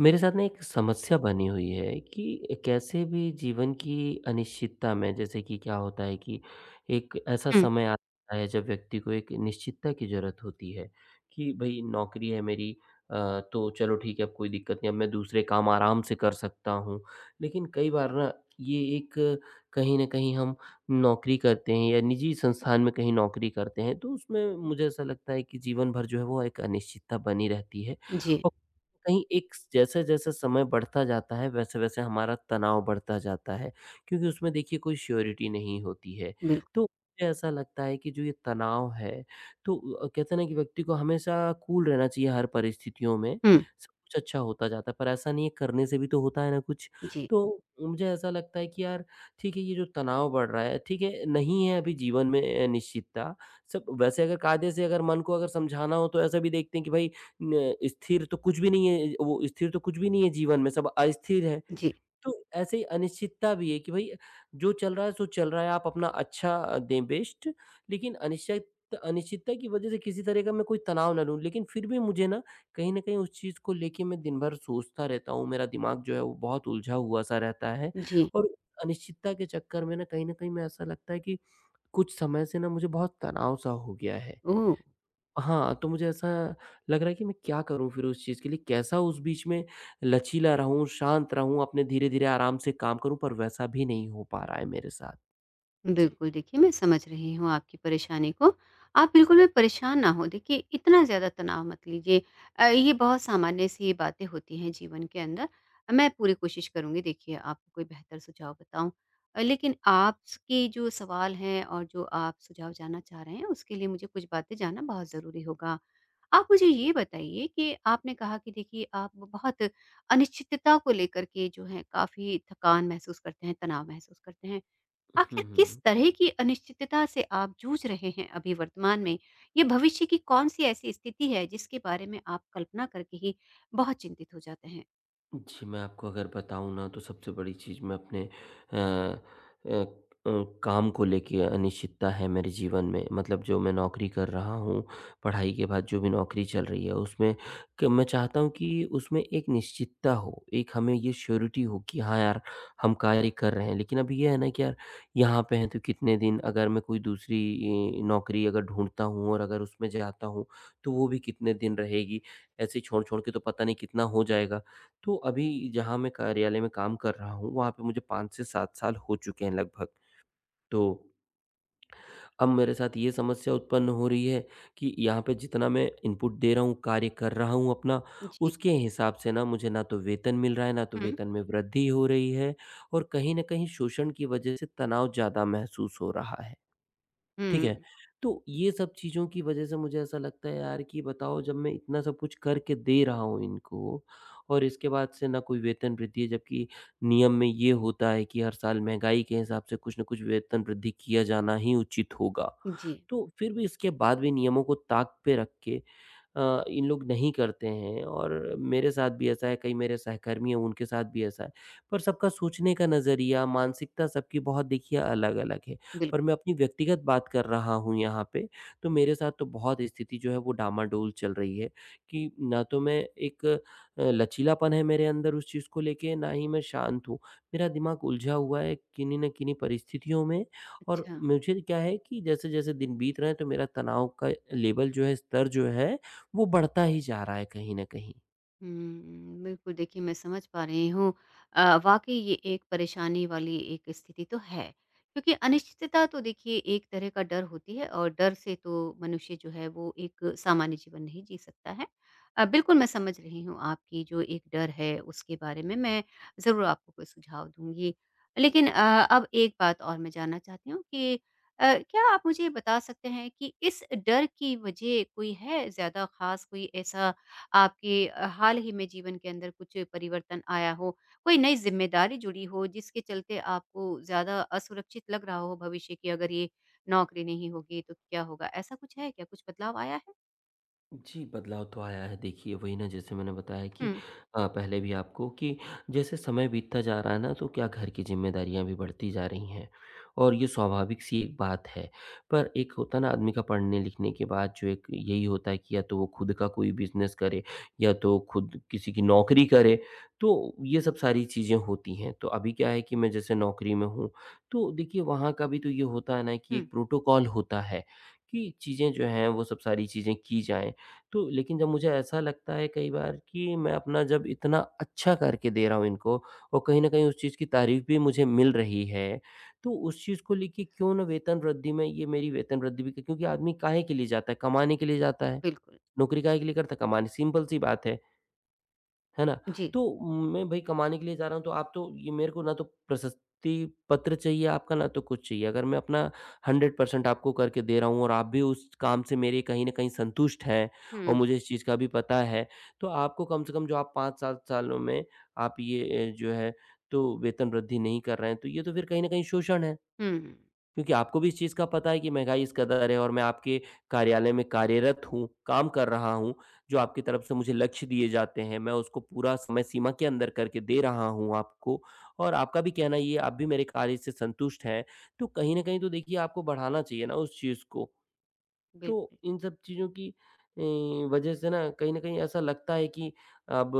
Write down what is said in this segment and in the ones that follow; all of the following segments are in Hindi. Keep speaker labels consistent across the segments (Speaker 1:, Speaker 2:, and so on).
Speaker 1: मेरे साथ ना एक समस्या बनी हुई है कि कैसे भी जीवन की अनिश्चितता में, जैसे कि क्या होता है कि एक ऐसा
Speaker 2: हुँ,
Speaker 1: समय आता है जब व्यक्ति को एक निश्चितता की ज़रूरत होती है कि भाई, नौकरी है मेरी, अ, तो चलो ठीक है, अब कोई दिक्कत नहीं, अब मैं दूसरे काम आराम से कर सकता हूँ। लेकिन कई बार ना, ये एक, कहीं ना कहीं हम नौकरी करते हैं या निजी संस्थान में कहीं नौकरी करते हैं, तो उसमें मुझे ऐसा लगता है कि जीवन भर जो है वो एक अनिश्चितता बनी रहती है।
Speaker 2: जी,
Speaker 1: और कहीं एक, जैसे-जैसे समय बढ़ता जाता है, वैसे-वैसे हमारा तनाव बढ़ता जाता है, क्योंकि उसमें देखिए कोई श्योरिटी नहीं होती है।
Speaker 2: बिल्क
Speaker 1: तो मुझे ऐसा लगता है कि जो ये तनाव है, तो कहते हैं ना कि व्यक्ति को हमेशा कूल रहना चाहिए हर परिस्थितियों में,
Speaker 2: हुँ,
Speaker 1: सब कुछ अच्छा होता जाता है, पर ऐसा नहीं है, करने से भी तो होता है ना कुछ।
Speaker 2: जी,
Speaker 1: तो मुझे ऐसा लगता है कि यार, ठीक है, ये जो तनाव बढ़ रहा है, ठीक है, नहीं है अभी जीवन में निश्चितता। सब वैसे अगर कायदे से अगर मन को अगर समझाना हो, तो ऐसा भी देखते हैं कि भाई, न स्थिर तो कुछ भी नहीं है, वो स्थिर तो कुछ भी नहीं है जीवन में, सब अस्थिर है।
Speaker 2: जी,
Speaker 1: तो ऐसे ही अनिश्चितता भी है कि भई, जो चल रहा है सो चल रहा है, आप अपना अच्छा दें बेस्ट, लेकिन अनिश्चितता की वजह से किसी तरह का मैं कोई तनाव ना लूँ। लेकिन फिर भी मुझे ना, कहीं न कहीं उस चीज़ को लेके मैं दिन भर सोचता रहता हूँ, मेरा दिमाग जो है वो बहुत उलझा हुआ-सा रहता है।
Speaker 2: जी।
Speaker 1: और अनिश्चितता के चक्कर में ना, कहीं न कहीं मैं, ऐसा लगता है कि कुछ समय से ना मुझे बहुत तनाव-सा हो गया है।
Speaker 2: ओह!
Speaker 1: हाँ, तो मुझे ऐसा लग रहा है कि मैं क्या करूँ फिर उस चीज़ के लिए? कैसा उस बीच में लचीला रहूँ, शांत रहूँ, अपने धीरे-धीरे आराम से काम करूँ, पर वैसा भी नहीं हो पा रहा है मेरे साथ। जी।
Speaker 2: बिल्कुल, देखिए मैं समझ रही हूँ आपकी परेशानी को। आप बिल्कुल भी परेशान ना हों, देखिए इतना ज़्यादा तनाव मत लीजिए। ये बहुत सामान्य-सी बातें होती हैं जीवन के अंदर। मैं पूरी कोशिश करूँगी देखिए आपको कोई बेहतर सुझाव बताऊँ। लेकिन आपके जो सवाल हैं और जो आप सुझाव जानना चाह रहे हैं, उसके लिए मुझे कुछ बातें जानना बहुत ज़रूरी होगा। आप मुझे ये बताइए कि आपने कहा कि देखिए आप बहुत अनिश्चितता को लेकर के जो है काफ़ी थकान महसूस करते हैं, तनाव महसूस करते हैं।
Speaker 1: हुँ,
Speaker 2: आखिर
Speaker 1: हुँ,
Speaker 2: किस
Speaker 1: हुँ।
Speaker 2: तरह की अनिश्चितता से आप जूझ रहे हैं अभी वर्तमान में? ये भविष्य की कौन-सी ऐसी स्थिति है जिसके बारे में आप कल्पना करके ही बहुत चिंतित हो जाते हैं?
Speaker 1: जी, मैं आपको अगर बताऊँ ना, तो सबसे बड़ी चीज़ मैं अपने अ अ अ, काम को लेके अनिश्चितता है मेरे जीवन में। मतलब जो मैं नौकरी कर रहा हूँ, पढ़ाई के बाद जो भी नौकरी चल रही है उसमें क मैं चाहता हूँ कि उसमें एक निश्चितता हो, एक हमें ये श्योरिटी हो कि हाँ यार, हम कार्य कर रहे हैं। लेकिन अब ये है ना कि यार, यहाँ पे हैं तो कितने दिन, अगर मैं कोई दूसरी नौकरी अगर ढूँढता हूँ और अगर उसमें जाता हूँ, तो वो भी कितने दिन रहेगी। ऐसे ही छोड़-छोड़ के तो पता नहीं कितना हो जाएगा। तो अभी जहाँ मैं कार्यालय में काम कर रहा हूँ, वहाँ पे मुझे 5 से 7 साल हो चुके हैं लगभग। तो अब मेरे साथ ये समस्या उत्पन्न हो रही है कि यहाँ पे जितना मैं इनपुट दे रहा हूँ, कार्य कर रहा हूँ अपना,
Speaker 2: जी।
Speaker 1: उसके हिसाब से ना मुझे, ना तो वेतन मिल रहा है, ना तो
Speaker 2: हुँ।
Speaker 1: वेतन में वृद्धि हो रही है, और कहीं न कहीं शोषण की वजह से तनाव ज़्यादा महसूस हो रहा है। ठीक है।
Speaker 2: हुँ।
Speaker 1: तो ये सब चीज़ों की वज़ह से मुझे ऐसा लगता है यार, कि बताओ, जब मैं इतना सब कुछ करके दे रहा हूँ इनको और इसके बाद से ना कोई वेतन वृद्धि है, जबकि नियम में ये होता है कि हर साल महँगाई के हिसाब से कुछ न कुछ वेतन वृद्धि किया जाना ही उचित होगा।
Speaker 2: जी,
Speaker 1: तो फिर भी इसके बाद भी नियमों को ताक पे रख के इन लोग नहीं करते हैं, और मेरे साथ भी ऐसा है, कई मेरे सहकर्मी हैं उनके साथ भी ऐसा है। पर सबका सोचने का नज़रिया, मानसिकता सबकी बहुत देखिए अलग-अलग है। पर
Speaker 2: बिल्कुल।
Speaker 1: मैं अपनी व्यक्तिगत बात कर रहा हूँ यहाँ पे, तो मेरे साथ तो बहुत स्थिति जो है वो डामाडोल चल रही है कि ना तो मैं एक लचीलापन है मेरे अंदर उस चीज़ को लेके, ना ही मैं शांत हूँ। मेरा दिमाग उलझा हुआ है किन्हीं न किन्हीं परिस्थितियों में। और
Speaker 2: अच्छा।
Speaker 1: मुझे क्या है कि जैसे-जैसे दिन बीत रहे हैं, तो मेरा तनाव का लेवल जो है, स्तर जो है, वो बढ़ता ही जा रहा है कहीं न कहीं।
Speaker 2: हुँ, बिल्कुल देखिए मैं समझ पा रही हूँ। वाक़ई ये एक परेशानी वाली एक स्थिति तो है, क्योंकि अनिश्चितता तो देखिए एक तरह का डर होती है और डर से तो मनुष्य जो है वो एक सामान्य जीवन नहीं जी सकता है। बिल्कुल मैं समझ रही हूँ आपकी जो एक डर है उसके बारे में, मैं ज़रूर आपको कोई सुझाव दूँगी। लेकिन अब एक बात और मैं जानना चाहती हूँ कि क्या आप मुझे बता सकते हैं कि इस डर की वजह कोई है ज़्यादा ख़ास कोई ऐसा आपके हाल ही में जीवन के अंदर कुछ परिवर्तन आया हो, कोई नई ज़िम्मेदारी जुड़ी हो जिसके चलते आपको ज़्यादा असुरक्षित लग रहा हो भविष्य की अगर ये नौकरी नहीं होगी तो क्या होगा? ऐसा कुछ है क्या? कुछ बदलाव आया है?
Speaker 1: जी, बदलाव तो आया है। देखिए, वही ना, जैसे मैंने बताया कि
Speaker 2: हुँ,
Speaker 1: पहले भी आपको कि जैसे समय बीतता जा रहा है ना, तो क्या घर की ज़िम्मेदारियाँ भी बढ़ती जा रही हैं, और ये स्वाभाविक-सी एक बात है। पर एक होता है ना, आदमी का पढ़ने-लिखने के बाद जो एक यही होता है कि या तो वो खुद का कोई बिज़नेस करे, या तो खुद किसी की नौकरी करे, तो ये सब सारी चीज़ें होती हैं। तो अभी क्या है कि मैं जैसे नौकरी में हूँ, तो देखिए वहाँ का भी तो ये होता है ना कि
Speaker 2: हुँ,
Speaker 1: एक प्रोटोकॉल होता है कि चीज़ें जो हैं, वो सब सारी चीज़ें की जाएँ। तो लेकिन जब मुझे ऐसा लगता है कई बार कि मैं अपना जब इतना अच्छा करके दे रहा हूँ इनको और कहीं न कहीं उस चीज़ की तारीफ़ भी मुझे मिल रही है, तो उस चीज़ को लेके क्यों ना वेतन वृद्धि में, ये मेरी वेतन वृद्धि भी, क्योंकि आदमी काहे के लिए जाता है? कमाने के लिए जाता है।
Speaker 2: बिल्कुल।
Speaker 1: नौकरी काहे के लिए करता है? कमाने, सिंपल सी बात है। है ना?
Speaker 2: जी।
Speaker 1: तो मैं भई कमाने के लिए जा रहा हूँ, तो आप तो ये मेरे को, ना तो प्रशस्ति पत्र चाहिए आपका, ना तो कुछ चाहिए। अगर मैं अपना 100% आपको करके दे रहा हूँ और आप भी उस काम से मेरे कहीं न कहीं संतुष्ट हैं और
Speaker 2: हुँ,
Speaker 1: मुझे इस चीज़ का भी पता है, तो आपको कम से कम, जो आप 5-7 सालों में आप ये जो है, तो वेतन वृद्धि नहीं कर रहे हैं, तो ये तो फिर कहीं न कहीं शोषण है।
Speaker 2: हुँ,
Speaker 1: क्योंकि आपको भी इस चीज़ का पता है कि महँगाई इस कदर है और मैं आपके कार्यालय में कार्यरत हूँ, काम कर रहा हूँ, जो आपकी तरफ से मुझे लक्ष्य दिए जाते हैं, मैं उसको पूरा समय सीमा के अंदर करके दे रहा हूँ आपको, और आपका भी कहना ये है, आप भी मेरे कार्य से संतुष्ट हैं, तो कहीं न कहीं तो देखिए आपको बढ़ाना चाहिए ना उस चीज़ को। तो
Speaker 2: बिल्कुल।
Speaker 1: इन सब चीज़ों की अ, वजह से ना कहीं न कहीं ऐसा लगता है कि अब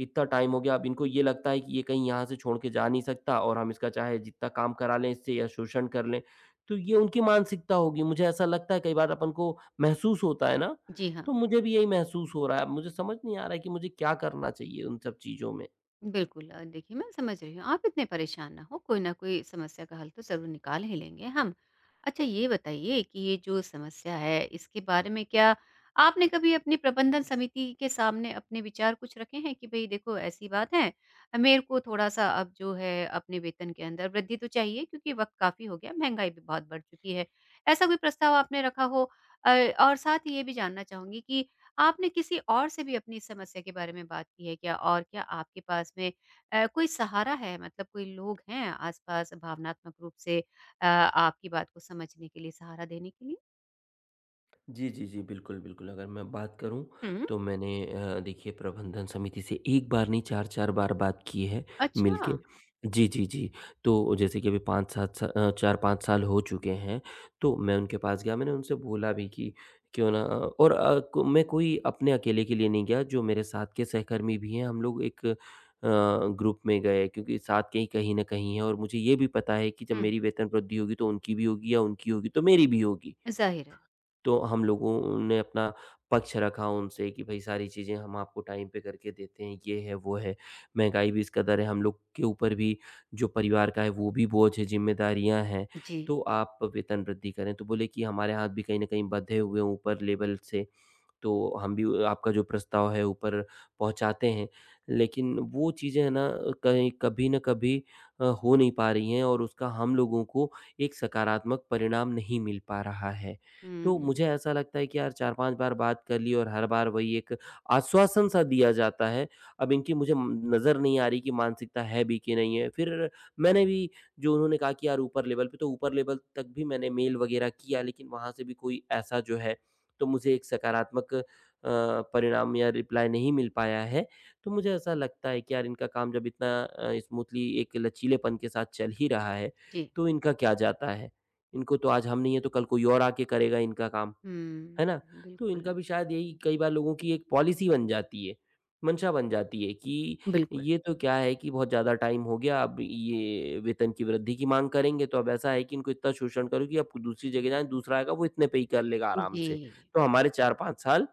Speaker 1: इतना टाइम हो गया, अब इनको ये लगता है कि ये कहीं यहाँ से छोड़ के जा नहीं सकता, और हम इसका चाहे जितना काम करा लें इससे, या शोषण कर लें। तो ये उनकी मानसिकता होगी, मुझे ऐसा लगता है कई बार, अपन को महसूस होता है ना,
Speaker 2: जी हाँ।
Speaker 1: तो मुझे भी यही महसूस हो रहा है। अब मुझे समझ नहीं आ रहा है कि मुझे क्या करना चाहिए उन सब चीज़ों में?
Speaker 2: बिल्कुल देखिए मैं समझ रही हूँ आप इतने परेशान ना हो कोई ना कोई समस्या का हल तो ज़रूर निकाल ही लेंगे हम। अच्छा ये बताइए कि ये जो समस्या है इसके बारे में क्या आपने कभी अपनी प्रबंधन समिति के सामने अपने विचार कुछ रखे हैं कि भाई देखो ऐसी बात है मेरे को थोड़ा सा अब जो है अपने वेतन के अंदर वृद्धि तो चाहिए क्योंकि वक्त काफ़ी हो गया महंगाई भी बहुत बढ़ चुकी है ऐसा कोई प्रस्ताव आपने रखा हो। अ, और साथ ही ये भी जानना चाहूंगी कि आपने किसी और से भी अपनी इस समस्या के बारे में बात की है क्या? और क्या आपके पास में कोई सहारा है मतलब कोई लोग हैं आस-पास भावनात्मक रूप से आपकी बात को समझने के लिए, सहारा देने के लिए?
Speaker 1: जी, जी, जी। बिल्कुल, बिल्कुल। अगर मैं बात करूँ,
Speaker 2: हुँ,
Speaker 1: तो मैंने देखिए प्रबंधन समिति से एक बार नहीं, 4-4 बार बात की है
Speaker 2: अच्छा।
Speaker 1: मिलके। जी, जी, जी। तो जैसे कि अभी 5-7 सा 4-5 साल हो चुके हैं, तो मैं उनके पास गया, मैंने उनसे बोला भी कि क्यों ना और को मैं कोई अपने अकेले के लिए नहीं गया, जो मेरे साथ के सहकर्मी भी हैं, हम लोग एक ग्रुप में गए, क्योंकि साथ के ही कहीं न कहीं हैं और मुझे ये भी पता है कि जब
Speaker 2: हुँ,
Speaker 1: मेरी वेतन वृद्धि होगी तो उनकी भी होगी, या उनकी होगी तो मेरी भी होगी।
Speaker 2: ज़ाहिर है।
Speaker 1: तो हम लोगों ने अपना पक्ष रखा उनसे कि भई, सारी चीज़ें हम आपको टाइम पे करके देते हैं, ये है, वो है। महँगाई भी इस कदर है, हम लोग के ऊपर भी जो परिवार का है वो भी बोझ है, ज़िम्मेदारियाँ हैं,
Speaker 2: जी।
Speaker 1: तो आप वेतन वृद्धि करें। तो बोले कि हमारे हाथ भी कहीं न कहीं बँधे हुए हैं ऊपर लेवल से, तो हम भी आपका जो प्रस्ताव है ऊपर पहुँचाते हैं। लेकिन वो चीज़ें है ना, कहीं कभी न कभी हो नहीं पा रही हैं, और उसका हम लोगों को एक सकारात्मक परिणाम नहीं मिल पा रहा है। तो
Speaker 2: हुँ,
Speaker 1: मुझे ऐसा लगता है कि यार, 4-5 बार बात कर ली और हर बार वही एक आश्वासन सा दिया जाता है। अब इनकी मुझे नज़र नहीं आ रही कि मानसिकता है भी कि नहीं है। फिर मैंने भी जो उन्होंने कहा कि यार, ऊपर लेवल पे, तो ऊपर लेवल तक भी मैंने मेल वग़ैरह किया, लेकिन वहाँ से भी कोई ऐसा जो है, तो मुझे एक सकारात्मक परिणाम या रिप्लाई नहीं मिल पाया है। तो मुझे ऐसा लगता है कि यार, इनका काम जब इतना स्मूथली एक लचीलेपन के साथ चल ही रहा है,
Speaker 2: जी।
Speaker 1: तो इनका क्या जाता है? इनको तो आज हम नहीं है तो कल कोई और आके करेगा इनका काम।
Speaker 2: हुँ,
Speaker 1: है ना? तो
Speaker 2: बिल्कुल,
Speaker 1: इनका भी शायद यही, कई बार लोगों की एक पॉलिसी बन जाती है, मंशा बन जाती है कि
Speaker 2: बिल्कुल।
Speaker 1: ये तो क्या है कि बहुत ज़्यादा टाइम हो गया, अब ये वेतन की वृद्धि की माँग करेंगे, तो अब ऐसा है कि इनको इतना शोषण करो कि अब दूसरी जगह जाएँ, दूसरा आएगा वो इतने पे ही कर लेगा आराम
Speaker 2: जी।
Speaker 1: से। तो हमारे 4-5 साल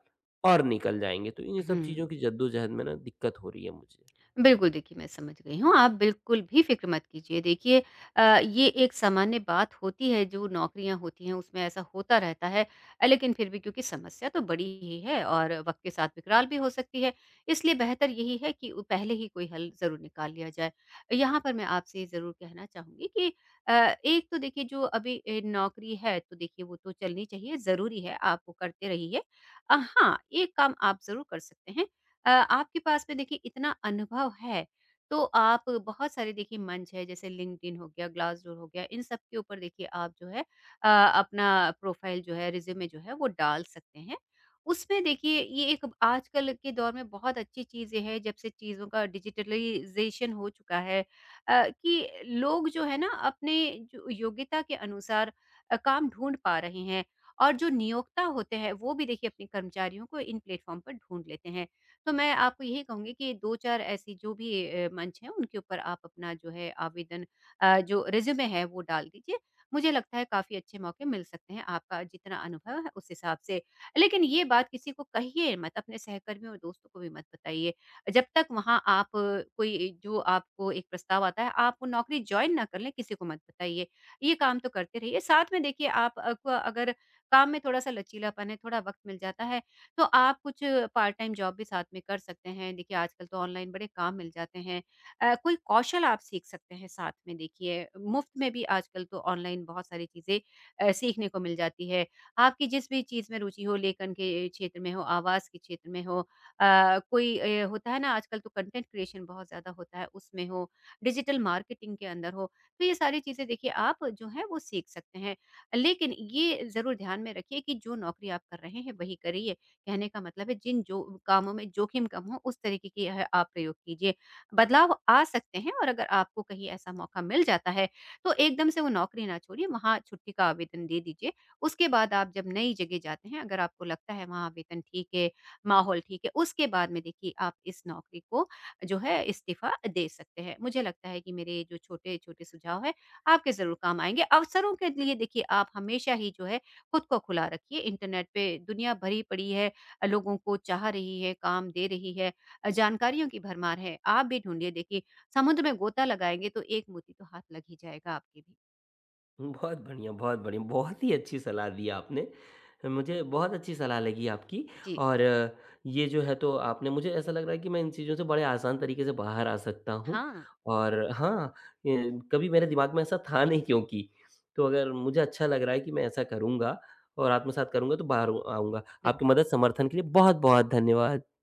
Speaker 1: और निकल जाएँगे। तो इन सब
Speaker 2: हुँ।
Speaker 1: चीज़ों की जद्दोजहद में ना दिक्कत हो रही है मुझे।
Speaker 2: बिल्कुल, देखिए मैं समझ गई हूँ। आप बिल्कुल भी फ़िक्र मत कीजिए। देखिए ये एक सामान्य बात होती है जो नौकरियाँ होती हैं उसमें ऐसा होता रहता है। लेकिन फिर भी क्योंकि समस्या तो बड़ी ही है और वक़्त के साथ विकराल भी हो सकती है। इसलिए बेहतर यही है कि उ पहले ही कोई हल ज़रूर निकाल लिया जाए। यहाँ पर मैं आपसे ज़रूर कहना चाहूँगी कि अ, एक तो देखिए जो अभी नौकरी है तो देखिए वो तो चलनी चाहिए, ज़रूरी है, आप वो करते रहिए। हाँ, एक काम आप ज़रूर कर सकते हैं। आपके पास में देखिए इतना अनुभव है, तो आप बहुत सारे देखिए मंच है जैसे लिंक्डइन हो गया, ग्लासडोर हो गया, इन सब के ऊपर देखिए आप जो है अपना प्रोफाइल जो है, रिज़्यूमे जो है वो डाल सकते हैं। उसमें देखिए ये एक आजकल के दौर में बहुत अच्छी चीज़ें हैं जब से चीज़ों का डिजिटलाइज़ेशन हो चुका है, कि लोग जो है ना अपने जो योग्यता के अनुसार काम ढूँढ पा रहे हैं और जो नियोक्ता होते हैं वो भी देखिए अपने कर्मचारियों को इन प्लेटफ़ॉर्म पर ढूँढ लेते हैं। तो मैं आपको यही कहूँगी कि 2-4 ऐसी जो भी मंच हैं उनके ऊपर आप अपना जो है आवेदन, जो रिज़्यूमे है वो डाल दीजिए। मुझे लगता है काफ़ी अच्छे मौके मिल सकते हैं आपका जितना अनुभव है उस हिसाब से। लेकिन ये बात किसी को कहिए मत, अपने सहकर्मियों और दोस्तों को भी मत बताइए। जब तक वहाँ आप कोई जो आपको एक प्रस्ताव आता है आप वो नौकरी जॉइन ना कर लें किसी को मत बताइए। ये काम तो करते रहिए। साथ में देखिए आप अ, क अगर काम में थोड़ा-सा लचीलापन है, थोड़ा वक़्त मिल जाता है तो आप कुछ पार्ट टाइम जॉब भी साथ में कर सकते हैं। देखिए आजकल तो ऑनलाइन बड़े काम मिल जाते हैं। कोई कौशल आप सीख सकते हैं साथ में देखिए, मुफ्त में भी आजकल तो ऑनलाइन बहुत सारी चीज़ें सीखने को मिल जाती है। आपकी जिस भी चीज़ में रुचि हो, लेखन के क्षेत्र में हो, आवाज़ के क्षेत्र में हो, कोई होता है ना आजकल तो कंटेंट क्रिएशन बहुत ज़्यादा होता है, उसमें हो, डिजिटल मार्केटिंग के अंदर हो, तो ये सारी चीज़ें देखिए आप जो है वो सीख सकते हैं। लेकिन ये ज़रूर ध्यान में रखिए कि जो नौकरी आप कर रहे हैं वही करिए। कहने का मतलब है जिन जो कामों में जोखिम कम हो उस तरीके की यह आप प्रयोग कीजिए। बदलाव आ सकते हैं और अगर आपको कहीं ऐसा मौका मिल जाता है तो एकदम से वो नौकरी ना छोड़िए, वहाँ छुट्टी का आवेदन दे दीजिए। उसके बाद आप जब नई जगह जाते हैं अगर आपको लगता है वहाँ वेतन ठीक है, माहौल ठीक है, उसके बाद में देखिए आप इस नौकरी को जो है इस्तीफ़ा दे सकते हैं। मुझे लगता है कि मेरे जो छोटे-छोटे सुझाव हैं आपके ज़रूर काम आएँगे। अवसरों के लिए देखिए आप हमेशा ही जो है खुद को खुला रखिए। इंटरनेट पे दुनिया भरी पड़ी है, लोगों को चाह रही है, काम दे रही है। जानकारियों की भरमार है। आप भी ढूँढिए देखिए, समुद्र में गोता लगाएँगे तो एक मोती तो हाथ लग ही जाएगा आपके भी।
Speaker 1: बहुत बढ़िया, बहुत बढ़िया। बहुत ही अच्छी सलाह दी आपने। मुझे बहुत अच्छी सलाह लगी आपकी,
Speaker 2: जी।
Speaker 1: और ये जो है, तो आपने, मुझे ऐसा लग रहा है कि मैं इन चीज़ों से बड़े आसान तरीके से बाहर आ सकता हूँ,
Speaker 2: हाँ,
Speaker 1: और हाँ, कभी मेरे दिमाग में ऐसा था नहीं क्योंकि। तो अगर मुझे अच्छा लग रहा है कि मैं ऐसा करूँगा और आत्मसात करूँगा, तो बाहर आऊँगा। आपकी
Speaker 2: बिल्कुल।
Speaker 1: मदद समर्थन के लिए बहुत-बहुत धन्यवाद।